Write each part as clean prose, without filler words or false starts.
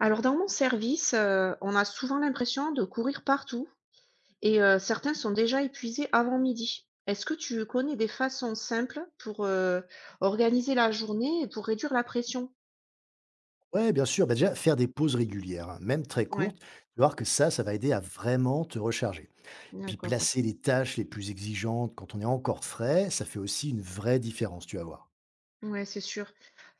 Alors dans mon service, on a souvent l'impression de courir partout et certains sont déjà épuisés avant midi. Est-ce que tu connais des façons simples pour, organiser la journée et pour réduire la pression? Ouais, bien sûr. Bah, déjà, faire des pauses régulières, hein, même très Ouais, courtes, tu vas voir que ça va aider à vraiment te recharger. Et puis, d'accord, ouais. placer les tâches les plus exigeantes quand on est encore frais, ça fait aussi une vraie différence, tu vas voir. Ouais, c'est sûr.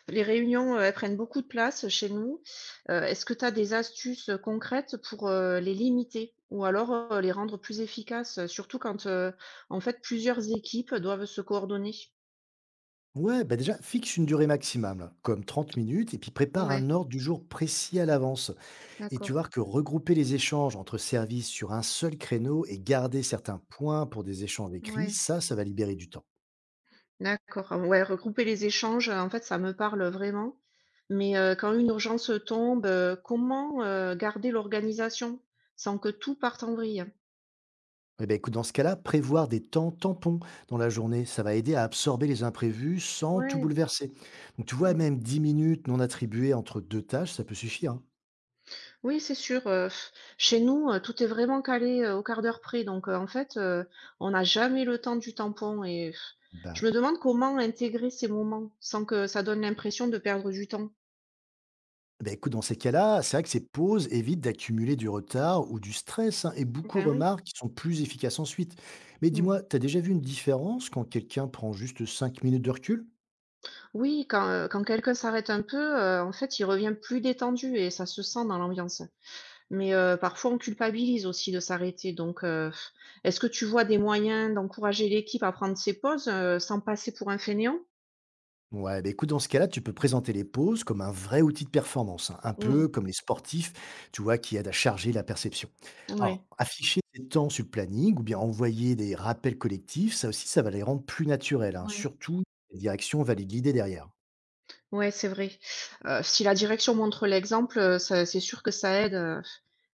Les réunions, elles prennent beaucoup de place chez nous. Est-ce que tu as des astuces, concrètes pour, les limiter ou alors, les rendre plus efficaces, surtout quand, en fait, plusieurs équipes doivent se coordonner? Ouais, bah déjà, fixe une durée maximale, là, comme 30 minutes, et puis prépare Ouais, un ordre du jour précis à l'avance. Et tu d'accord. vois que regrouper les échanges entre services sur un seul créneau et garder certains points pour des échanges écrits, Ouais. ça va libérer du temps. D'accord, ah ouais, regrouper les échanges, en fait, ça me parle vraiment. Mais quand une urgence tombe, comment, garder l'organisation sans que tout parte en vrille? Eh ben, écoute, dans ce cas-là, prévoir des temps tampons dans la journée, ça va aider à absorber les imprévus sans tout Ouais. bouleverser. Donc, tu vois, Mmh. même 10 minutes non attribuées entre deux tâches, ça peut suffire, hein. Oui, c'est sûr, chez nous, tout est vraiment calé, au quart d'heure près. Donc en fait, on n'a jamais le temps du tampon et pff, Ben, je me demande comment intégrer ces moments sans que ça donne l'impression de perdre du temps? ben, écoute, dans ces cas-là, c'est vrai que ces pauses évitent d'accumuler du retard ou du stress, hein, et beaucoup Ben oui. remarquent qu'ils sont plus efficaces ensuite. Mais Mmh. dis-moi, t'as déjà vu une différence quand quelqu'un prend juste 5 minutes de recul? Oui, quand, quand quelqu'un s'arrête un peu, en fait, il revient plus détendu et ça se sent dans l'ambiance. Mais parfois on culpabilise aussi de s'arrêter donc est-ce que tu vois des moyens d'encourager l'équipe à prendre ses pauses, sans passer pour un fainéant? Ouais, bah écoute, dans ce cas-là, tu peux présenter les pauses comme un vrai outil de performance, hein, un Mmh. peu comme les sportifs, tu vois, qui aident à charger la perception. Ouais. Alors, afficher ces temps sur le planning ou bien envoyer des rappels collectifs, ça aussi, ça va les rendre plus naturels, hein, Ouais. surtout si la direction valide l'idée derrière. Ouais, c'est vrai. Si la direction montre l'exemple, ça c'est sûr que ça aide,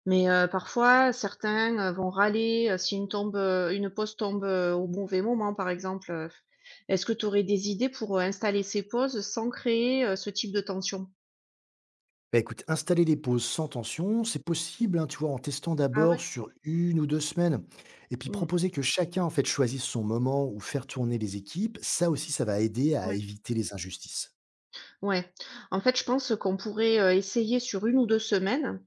mais parfois certains, vont râler, si une tombe, une pause tombe, au mauvais moment par exemple. Est-ce que tu aurais des idées pour, installer ces pauses sans créer, ce type de tension? Bah écoute, installer les pauses sans tension, c'est Mmh. possible, hein, tu vois, en testant Ah d'abord ouais? sur 1 ou 2 semaines, et puis Mmh. proposer que chacun, en fait, choisisse son moment ou faire tourner les équipes, ça aussi, ça va aider à Ouais. éviter les injustices. Ouais. En fait, je pense qu'on pourrait, essayer sur une ou 2 semaines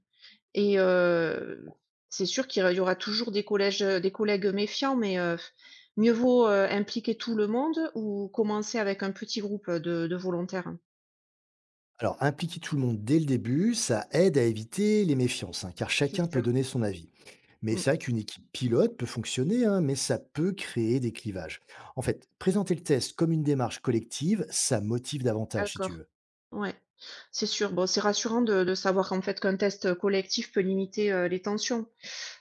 et c'est sûr qu'il y aura toujours des des collègues méfiants, mais mieux vaut, impliquer tout le monde ou commencer avec un petit groupe, de volontaires, hein. Alors, impliquer tout le monde dès le début, ça aide à éviter les méfiances, hein, car C'est chacun peut sûr. donner son avis. Mais Mmh. c'est vrai qu'une équipe pilote peut fonctionner, hein, mais ça peut créer des clivages. En fait, présenter le test comme une démarche collective, ça motive davantage, si tu D'accord. veux. Ouais. C'est sûr. Bon, c'est rassurant de savoir en fait qu'un test collectif peut limiter, les tensions.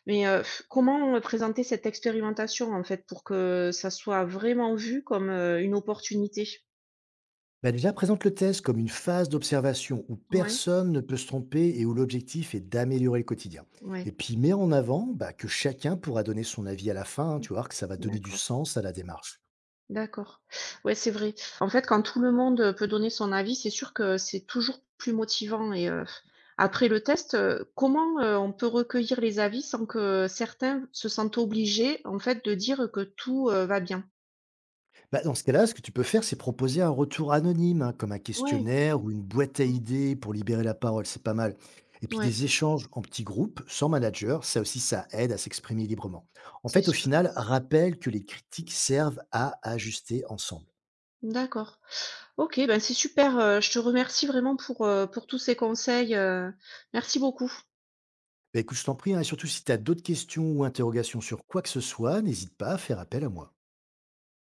Mais comment, présenter cette expérimentation en fait pour que ça soit vraiment vu comme, une opportunité? Bah déjà, présente le test comme une phase d'observation où Ouais. personne ne peut se tromper et où l'objectif est d'améliorer le quotidien. Ouais, Et puis, mets en avant bah, que chacun pourra donner son avis à la fin, hein, mmh, tu vois, que ça va donner du d'accord, sens à la démarche. d'accord. Ouais, c'est vrai. En fait, quand tout le monde, peut donner son avis, c'est sûr que c'est toujours plus motivant et après le test, comment, on peut recueillir les avis sans que certains se sentent obligés, en fait, de dire que tout, va bien? Bah, dans ce cas-là, ce que tu peux faire, c'est proposer un retour anonyme, hein, comme un Ouais, questionnaire ou une boîte à mmh, idées pour libérer la parole, c'est pas mal. Et puis ouais, des échanges en petits groupes, sans manager, ça aussi, ça aide à s'exprimer librement. En c'est fait, au sûr. final, rappelle que les critiques servent à ajuster ensemble. D'accord. OK, ben, c'est super, je te remercie vraiment pour tous ces conseils, merci beaucoup. Bah, écoute, je t'en prie, hein, et surtout si tu as d'autres questions ou interrogations sur quoi que ce soit, n'hésite pas à faire appel à moi.